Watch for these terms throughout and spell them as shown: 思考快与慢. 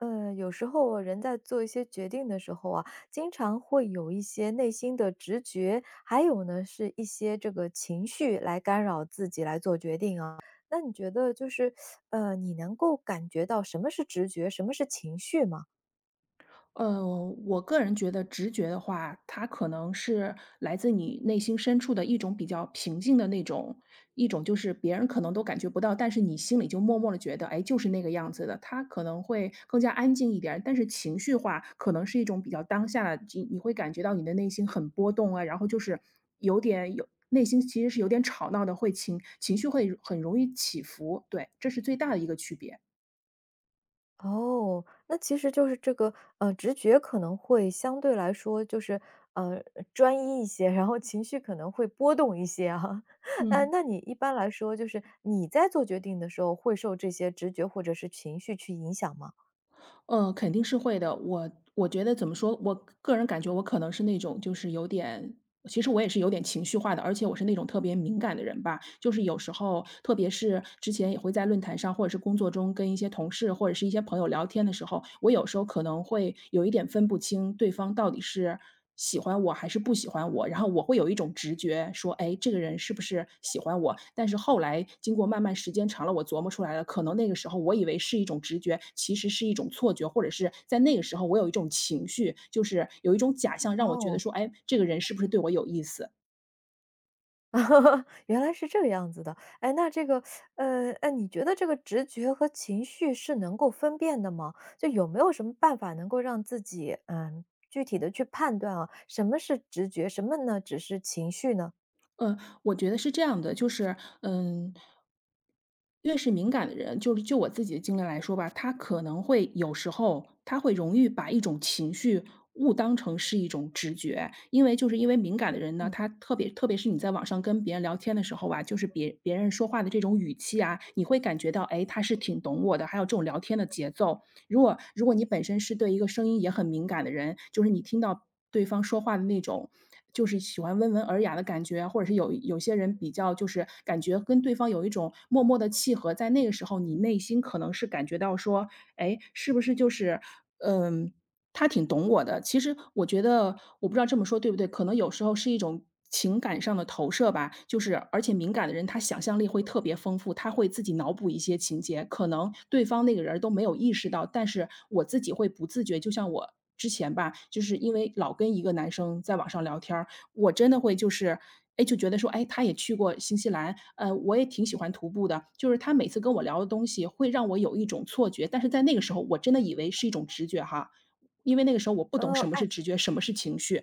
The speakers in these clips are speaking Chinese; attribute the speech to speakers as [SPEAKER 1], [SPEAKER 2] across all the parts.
[SPEAKER 1] 有时候啊人在做一些决定的时候啊，经常会有一些内心的直觉，还有呢是一些这个情绪来干扰自己来做决定啊。那你觉得就是，你能够感觉到什么是直觉，什么是情绪吗？
[SPEAKER 2] 呃，我个人觉得直觉的话，它可能是来自你内心深处的一种比较平静的那种，一种就是别人可能都感觉不到，但是你心里就默默的觉得，哎，就是那个样子的。它可能会更加安静一点儿，但是情绪化可能是一种比较当下的，你会感觉到你的内心很波动啊，然后就是有点有内心其实是有点吵闹的，会情绪会很容易起伏，对，这是最大的一个区别。
[SPEAKER 1] 哦，那其实就是这个，直觉可能会相对来说就是，呃，专一一些，然后情绪可能会波动一些啊。
[SPEAKER 2] 嗯。
[SPEAKER 1] 那你一般来说就是你在做决定的时候，会受这些直觉或者是情绪去影响吗？
[SPEAKER 2] 肯定是会的。我觉得怎么说，我个人感觉我可能是那种就是有点，其实我也是有点情绪化的，而且我是那种特别敏感的人吧。就是有时候，特别是之前也会在论坛上，或者是工作中跟一些同事或者是一些朋友聊天的时候，我有时候可能会有一点分不清对方到底是喜欢我还是不喜欢我，然后我会有一种直觉说，哎，这个人是不是喜欢我？但是后来经过慢慢时间长了，我琢磨出来了，可能那个时候我以为是一种直觉，其实是一种错觉，或者是在那个时候我有一种情绪，就是有一种假象，让我觉
[SPEAKER 1] 哦。
[SPEAKER 2] 得说，哎，这个人是不是对我有意思？
[SPEAKER 1] 原来是这个样子的。哎，那这个，哎，你觉得这个直觉和情绪是能够分辨的吗？就有没有什么办法能够让自己，嗯，具体的去判断啊，什么是直觉，什么呢只是情绪呢？
[SPEAKER 2] 呃，我觉得是这样的，就是，嗯，越是敏感的人，就是就我自己的经历来说吧，他可能会有时候他会容易把一种情绪误当成是一种直觉，因为敏感的人呢，
[SPEAKER 1] 嗯。
[SPEAKER 2] 他特别是你在网上跟别人聊天的时候吧，就是别人说话的这种语气啊，你会感觉到，哎，他是挺懂我的，还有这种聊天的节奏，如果你本身是对一个声音也很敏感的人，就是你听到对方说话的那种，就是喜欢温文尔雅的感觉，或者是有些人比较就是感觉跟对方有一种默默的契合，在那个时候，你内心可能是感觉到说，哎，是不是就是，嗯、他挺懂我的。其实我觉得，我不知道这么说对不对，可能有时候是一种情感上的投射吧。就是而且敏感的人，他想象力会特别丰富，他会自己脑补一些情节，可能对方那个人儿都没有意识到，但是我自己会不自觉。就像我之前吧，就是因为老跟一个男生在网上聊天儿，我真的会就是。哎，就觉得说，哎，他也去过新西兰，我也挺喜欢徒步的。就是他每次跟我聊的东西，会让我有一种错觉，但是在那个时候，我真的以为是一种直觉哈，因为那个时候我不懂什么
[SPEAKER 1] 哎。
[SPEAKER 2] 是直觉，什么是情绪，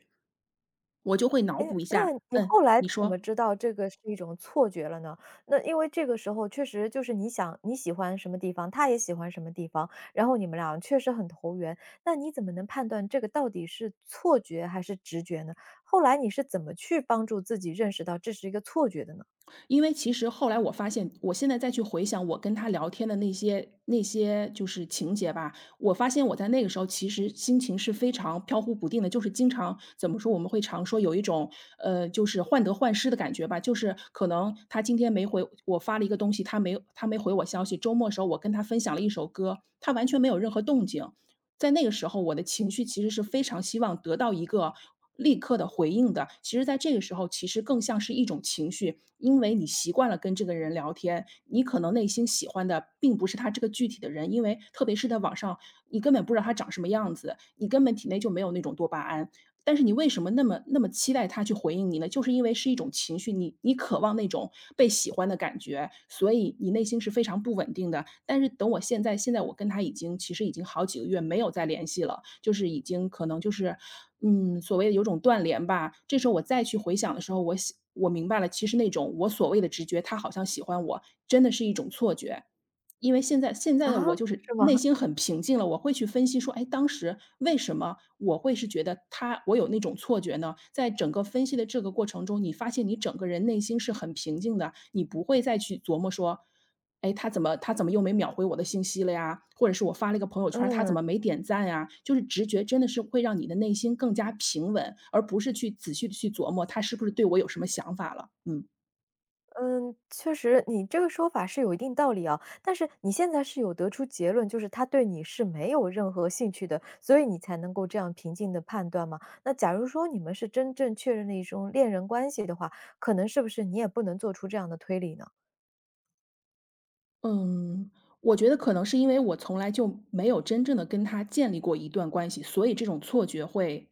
[SPEAKER 2] 我就会脑
[SPEAKER 1] 哎，
[SPEAKER 2] 补一
[SPEAKER 1] 那
[SPEAKER 2] 下。
[SPEAKER 1] 你
[SPEAKER 2] 嗯，
[SPEAKER 1] 后来
[SPEAKER 2] 你
[SPEAKER 1] 怎
[SPEAKER 2] 说。
[SPEAKER 1] 么知道这个是一种错觉了呢？那因为这个时候确实就是你想你喜欢什么地方，他也喜欢什么地方，然后你们俩确实很投缘，那你怎么能判断这个到底是错觉还是直觉呢？后来你是怎么去帮助自己认识到这是一个错觉的呢？
[SPEAKER 2] 因为其实后来我发现，我现在再去回想我跟他聊天的那些就是情节吧，我发现我在那个时候其实心情是非常飘忽不定的，就是经常怎么说，我们会常说有一种，就是患得患失的感觉吧。就是可能他今天没回我发了一个东西，他没回我消息，周末时候我跟他分享了一首歌，他完全没有任何动静。在那个时候，我的情绪其实是非常希望得到一个立刻的回应的。其实在这个时候，其实更像是一种情绪，因为你习惯了跟这个人聊天，你可能内心喜欢的并不是他这个具体的人，因为特别是在网上，你根本不知道他长什么样子，你根本体内就没有那种多巴胺。但是你为什么那么期待他去回应你呢？就是因为是一种情绪，你渴望那种被喜欢的感觉，所以你内心是非常不稳定的。但是等我现在，现在我跟他已经其实已经好几个月没有再联系了，就是已经可能就是，嗯，所谓的有种断联吧。这时候我再去回想的时候，我想我明白了，其实那种我所谓的直觉，他好像喜欢我，真的是一种错觉。因为现在的
[SPEAKER 1] 啊，
[SPEAKER 2] 我就是
[SPEAKER 1] 是吗？
[SPEAKER 2] 内心很平静了，我会去分析说，哎，当时为什么我会是觉得他我有那种错觉呢？在整个分析的这个过程中，你发现你整个人内心是很平静的，你不会再去琢磨说，哎，他怎么又没秒回我的信息了呀？或者是我发了一个朋友圈儿他怎
[SPEAKER 1] 嗯。
[SPEAKER 2] 么没点赞呀？就是直觉真的是会让你的内心更加平稳，而不是去仔细的去琢磨他是不是对我有什么想法了。嗯。
[SPEAKER 1] 嗯，确实，你这个说法是有一定道理啊。但是你现在是有得出结论，就是他对你是没有任何兴趣的，所以你才能够这样平静的判断吗？那假如说你们是真正确认了一种恋人关系的话，可能是不是你也不能做出这样的推理呢？
[SPEAKER 2] 嗯，我觉得可能是因为我从来就没有真正的跟他建立过一段关系，所以这种错觉会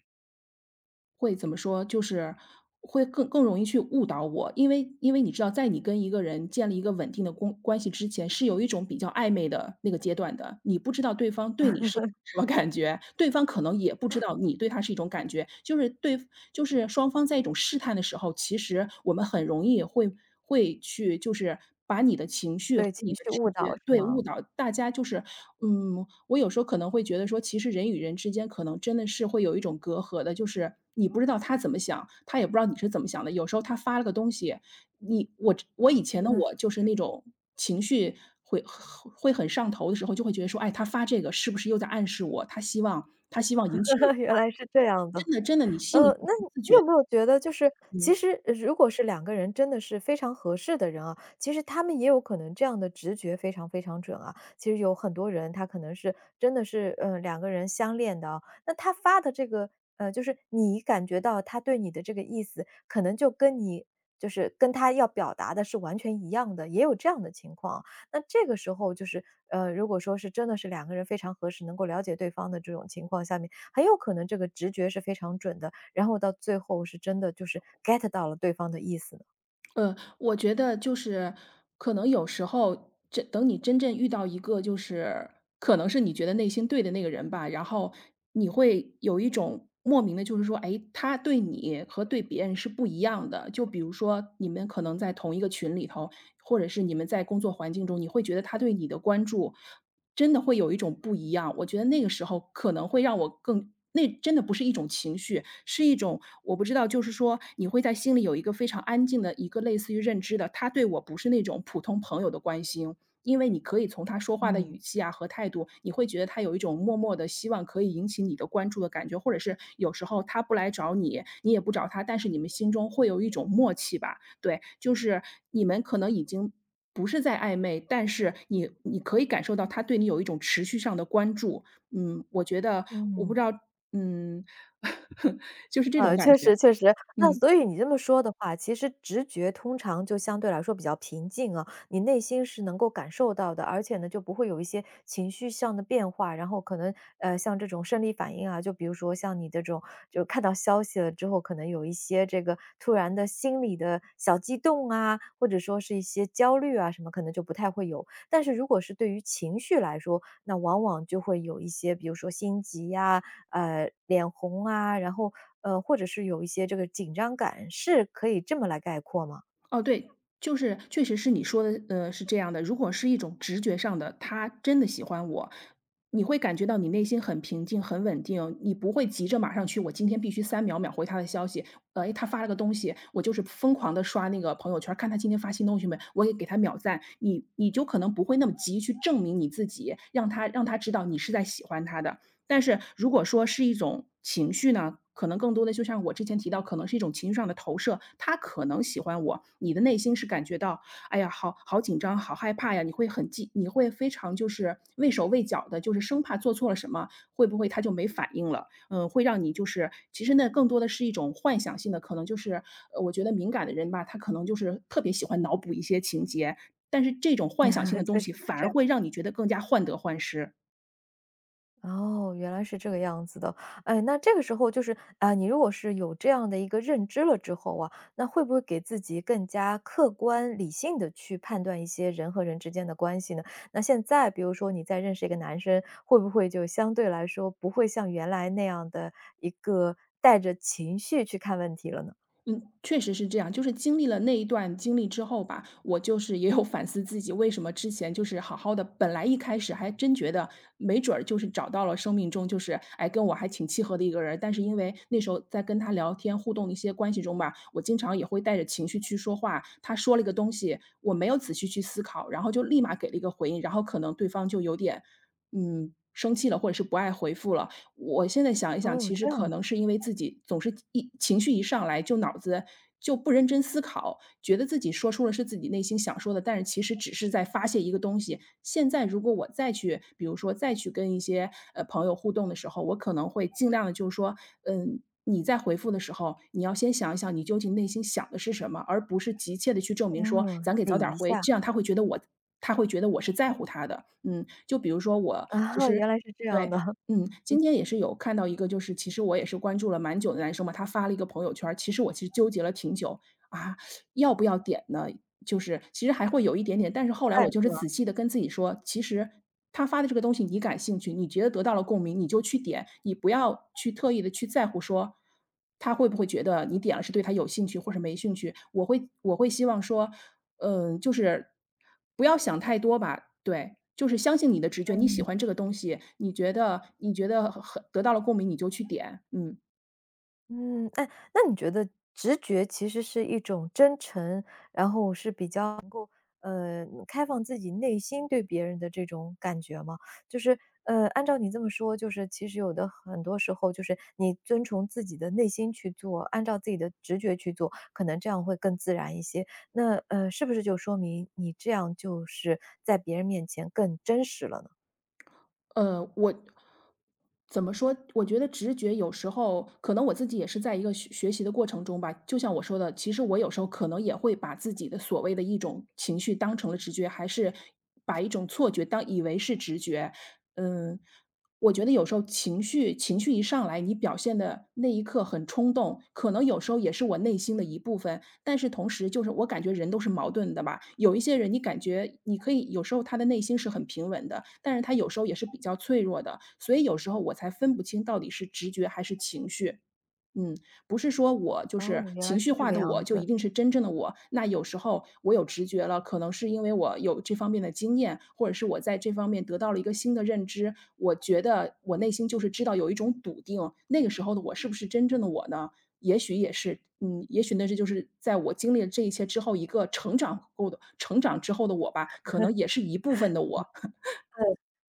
[SPEAKER 2] 会怎么说，就是会更容易去误导我。因为你知道，在你跟一个人建立一个稳定的关系之前，是有一种比较暧昧的那个阶段的，你不知道对方对你是什么感觉？对方可能也不知道你对他是一种感觉，就是对就是双方在一种试探的时候，其实我们很容易会会去就是把你的情绪和
[SPEAKER 1] 被
[SPEAKER 2] 你
[SPEAKER 1] 情
[SPEAKER 2] 的
[SPEAKER 1] 绪
[SPEAKER 2] 直
[SPEAKER 1] 误
[SPEAKER 2] 觉
[SPEAKER 1] 导是
[SPEAKER 2] 对，
[SPEAKER 1] 吗？
[SPEAKER 2] 误导大家就是。嗯，我有时候可能会觉得说，其实人与人之间可能真的是会有一种隔阂的，就是你不知道他怎么想，他也不知道你是怎么想的。有时候他发了个东西，你我以前的我就 是那种情绪会会很上头的时候，就会觉得说，哎，他发这个是不是又在暗示我？他希望引起我的关
[SPEAKER 1] 原来是这样
[SPEAKER 2] 注，
[SPEAKER 1] 的。
[SPEAKER 2] 真的真的，你心里不
[SPEAKER 1] 那
[SPEAKER 2] 自
[SPEAKER 1] 你
[SPEAKER 2] 觉，
[SPEAKER 1] 有没有觉得就是其
[SPEAKER 2] 嗯。
[SPEAKER 1] 实如果是两个人真的是非常合适的人啊，其实他们也有可能这样的直觉非常非常准啊。其实有很多人他可能是真的是，两个人相恋的啊，那他发的这个就是你感觉到他对你的这个意思，可能就跟你就是跟他要表达的是完全一样的，也有这样的情况啊。那这个时候就是，如果说是真的是两个人非常合适，能够了解对方的这种情况下面，很有可能这个直觉是非常准的。然后到最后是真的就是 get 到了对方的意思呢？
[SPEAKER 2] 我觉得就是可能有时候这等你真正遇到一个就是可能是你觉得内心对的那个人吧，然后你会有一种莫名的，就是说，哎，他对你和对别人是不一样的。就比如说你们可能在同一个群里头，或者是你们在工作环境中，你会觉得他对你的关注真的会有一种不一样。我觉得那个时候可能会让我更那真的不是一种情绪，是一种我不知道，就是说你会在心里有一个非常安静的一个类似于认知的，他对我不是那种普通朋友的关心。因为你可以从他说话的
[SPEAKER 1] 嗯
[SPEAKER 2] 语气啊和态度，你会觉得他有一种默默的希望可以引起你的关注的感觉，或者是有时候他不来找你，你也不找他，但是你们心中会有一种默契吧。对，就是你们可能已经不是在暧昧，但是你可以感受到他对你有一种持续上的关注。嗯，我觉得我不
[SPEAKER 1] 嗯。
[SPEAKER 2] 知道，嗯，就是这种感
[SPEAKER 1] 确
[SPEAKER 2] 觉，
[SPEAKER 1] 实确实。那
[SPEAKER 2] 嗯。
[SPEAKER 1] 所以你这么说的话，其实直觉通常就相对来说比较平静啊，你内心是能够感受到的，而且呢，就不会有一些情绪上的变化，然后可能，像这种生理反应啊，就比如说像你这种就看到消息了之后，可能有一些这个突然的心理的小激动啊，或者说是一些焦虑啊什么，可能就不太会有。但是如果是对于情绪来说，那往往就会有一些，比如说心急呀、脸红啊，然后，或者是有一些这个紧张感，是可以这么来概括吗？
[SPEAKER 2] 哦，对，就是确实是你说的，是这样的。如果是一种直觉上的，他真的喜欢我，你会感觉到你内心很平静、很稳定，你不会急着马上去，我今天必须三秒秒回他的消息。他发了个东西，我就是疯狂的刷那个朋友圈看他今天发新东西没，我也给他秒赞。你就可能不会那么急去证明你自己，让他知道你是在喜欢他的。但是如果说是一种情绪呢，可能更多的就像我之前提到，可能是一种情绪上的投射。他可能喜欢我，你的内心是感觉到，哎呀，好好紧张，好害怕呀，你会很记，你会非常就是畏手畏脚的，就是生怕做错了什么，会不会他就没反应了？嗯，会让你就是其实那更多的是一种幻想性的，可能就是我觉得敏感的人吧，他可能就是特别喜欢脑补一些情节，但是这种幻想性的 东
[SPEAKER 1] 确实
[SPEAKER 2] 西
[SPEAKER 1] 是
[SPEAKER 2] 反
[SPEAKER 1] 这
[SPEAKER 2] 而
[SPEAKER 1] 样。
[SPEAKER 2] 会让你觉得更加患得患失。
[SPEAKER 1] 哦，原来是这个样子的。哎，那这个时候就是，啊，你如果是有这样的一个认知了之后啊，那会不会给自己更加客观理性的去判断一些人和人之间的关系呢？那现在比如说你在认识一个男生，会不会就相对来说不会像原来那样的一个带着情绪去看问题了呢？
[SPEAKER 2] 嗯，确实是这样。就是经历了那一段经历之后吧，我就是也有反思自己，为什么之前就是好好的，本来一开始还真觉得没准儿就是找到了生命中就是，哎，跟我还挺契合的一个人儿。但是因为那时候在跟他聊天互动的一些关系中吧，我经常也会带着情绪去说话。他说了一个东西，我没有仔细去思考，然后就立马给了一个回应，然后可能对方就有点，嗯，生气了，或者是不爱回复了。我现在想一想，
[SPEAKER 1] 哦，
[SPEAKER 2] 其
[SPEAKER 1] 这
[SPEAKER 2] 实
[SPEAKER 1] 样
[SPEAKER 2] 可能
[SPEAKER 1] 的
[SPEAKER 2] 是因为自己总是一情绪一上来就脑子就不认真思考，觉得自己说出了是自己内心想说的，但是其实只是在发泄一个东西。现在如果我再去，比如说再去跟一些朋友互动的时候，我可能会尽量的，就是说，嗯。你在回复的时候，你要先想一想你究竟内心想的是什么，而不是急切的去证明说
[SPEAKER 1] 嗯，
[SPEAKER 2] 咱给早
[SPEAKER 1] 理
[SPEAKER 2] 点
[SPEAKER 1] 一
[SPEAKER 2] 回，
[SPEAKER 1] 下，
[SPEAKER 2] 这样他会觉得我是在乎他的。嗯，就比如说我其
[SPEAKER 1] 啊，
[SPEAKER 2] 实
[SPEAKER 1] 原来是这样
[SPEAKER 2] 对。
[SPEAKER 1] 的，很
[SPEAKER 2] 嗯，今天也是有看到一个，就是其实我也是关注了蛮久的男生嘛，他发了一个朋友圈儿。其实我其实纠结了挺久，啊，要不要点呢？就是其实还会有一点点，但是后来
[SPEAKER 1] 赞
[SPEAKER 2] 我就
[SPEAKER 1] 是
[SPEAKER 2] 是
[SPEAKER 1] 吧？
[SPEAKER 2] 仔细的跟自己说，其实他发的这个东西你感兴趣，你觉得得到了共鸣，你就去点，你不要去特意的去在乎说，他会不会觉得你点了是对他有兴趣或是没兴趣。我会希望说，嗯，就是不要想太多吧，对，就是相信你的直觉，你喜欢这个东西，你觉得很得到了共鸣，你就去点，嗯。
[SPEAKER 1] 嗯，哎，那你觉得直觉其实是一种真诚，然后是比较开放自己内心对别人的这种感觉吗？就是按照你这么说，就是其实有的很多时候，就是你遵从自己的内心去做，按照自己的直觉去做，可能这样会更自然一些。那是不是就说明你这样就是在别人面前更真实了呢？
[SPEAKER 2] 我怎么说？我觉得直觉有时候可能我自己也是在一个学习的过程中吧，就像我说的，其实我有时候可能也会把自己的所谓的一种情绪当成了直觉，还是把一种错觉当以为是直觉。嗯，我觉得有时候情绪一上来，你表现的那一刻很冲动，可能有时候也是我内心的一部分。但是同时就是我感觉人都是矛盾的吧，有一些人你感觉你可以有时候他的内心是很平稳的，但是他有时候也是比较脆弱的，所以有时候我才分不清到底是直觉还是情绪。嗯，不是说我就是
[SPEAKER 1] 哦，原来
[SPEAKER 2] 情
[SPEAKER 1] 是
[SPEAKER 2] 绪
[SPEAKER 1] 这
[SPEAKER 2] 化
[SPEAKER 1] 个
[SPEAKER 2] 的我
[SPEAKER 1] 样
[SPEAKER 2] 就一
[SPEAKER 1] 子。
[SPEAKER 2] 定是真正的我。那有时候我有直觉了，可能是因为我有这方面的经验，或者是我在这方面得到了一个新的认知，我觉得我内心就是知道有一种笃定，那个时候的我是不是真正的我呢？也许也是，嗯，也许那这就是在我经历了这一切之后，一个成长之后的我吧，可能也是一部分的我。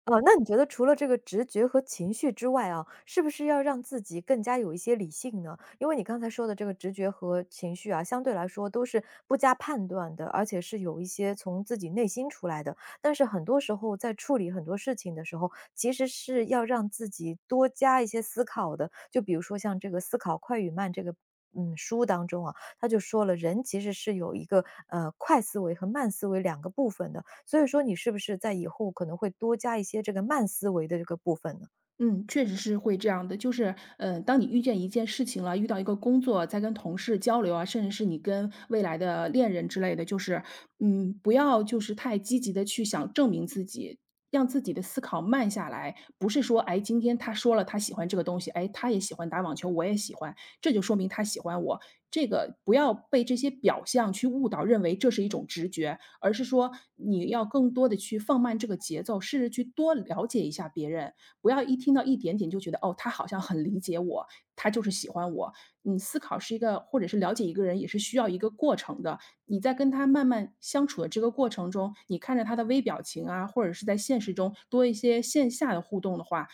[SPEAKER 1] 哦，那你觉得除了这个直觉和情绪之外啊，是不是要让自己更加有一些理性呢？因为你刚才说的这个直觉和情绪啊，相对来说都是不加判断的，而且是有一些从自己内心出来的。但是很多时候在处理很多事情的时候，其实是要让自己多加一些思考的。就比如说像这个《思考快与慢》这个。嗯，书当中啊，他就说了，人其实是有一个快思维和慢思维两个部分的。所以说你是不是在以后可能会多加一些这个慢思维的这个部分呢？
[SPEAKER 2] 嗯，确实是会这样的。就是，嗯，当你遇见一件事情了，遇到一个工作，在跟同事交流啊，甚至是你跟未来的恋人之类的，就是，嗯，不要就是太积极的去想证明自己，让自己的思考慢下来。不是说，哎，今天他说了他喜欢这个东西，哎，他也喜欢打网球，我也喜欢，这就说明他喜欢我。这个不要被这些表象去误导，认为这是一种直觉，而是说你要更多的去放慢这个节奏，试着去多了解一下别人。不要一听到一点点就觉得哦，他好像很理解我，他就是喜欢我。你思考是一个，或者是了解一个人，也是需要一个过程的。你在跟他慢慢相处的这个过程中，你看着他的微表情啊，或者是在现实中多一些线下的互动的话，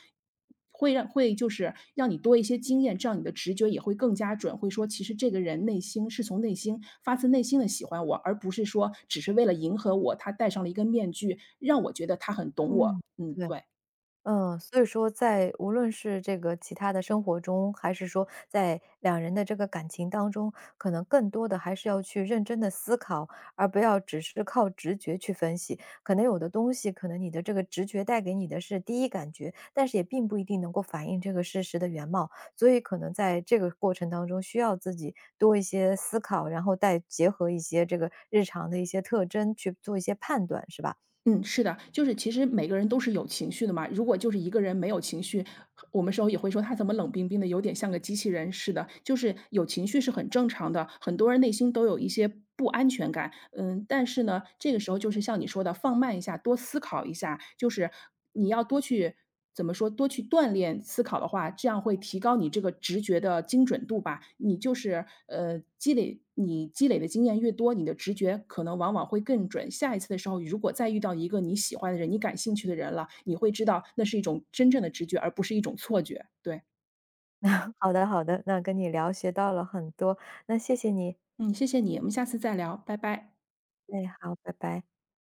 [SPEAKER 2] 会就是让你多一些经验，这样你的直觉也会更加准，会说其实这个人内心是从内心发自内心的喜欢我，而不是说只是为了迎合我，他戴上了一个面具，让我觉得他很懂
[SPEAKER 1] 嗯。
[SPEAKER 2] 我。嗯，
[SPEAKER 1] 对。
[SPEAKER 2] 对。
[SPEAKER 1] 嗯，所以说在无论是这个其他的生活中，还是说在两人的这个感情当中，可能更多的还是要去认真的思考，而不要只是靠直觉去分析。可能有的东西，可能你的这个直觉带给你的是第一感觉，但是也并不一定能够反映这个事实的原貌。所以可能在这个过程当中，需要自己多一些思考，然后再结合一些这个日常的一些特征去做一些判断，是吧？
[SPEAKER 2] 嗯，是的，就是其实每个人都是有情绪的嘛。如果就是一个人没有情绪，我们时候也会说他怎么冷冰冰的，有点像个机器人似的。就是有情绪是很正常的，很多人内心都有一些不安全感。嗯，但是呢，这个时候就是像你说的，放慢一下，多思考一下，就是你要多去怎么说，多去锻炼思考的话，这样会提高你这个直觉的精准度吧。你就是，呃，你积累的经验越多，你的直觉可能往往会更准。下一次的时候，如果再遇到一个你喜欢的人、你感兴趣的人了，你会知道那是一种真正的直觉，而不是一种错觉。对，
[SPEAKER 1] 好的好的，那跟你聊学到了很多，那谢谢你。
[SPEAKER 2] 嗯，谢谢你，我们下次再聊，拜拜。
[SPEAKER 1] 哎，好，拜拜。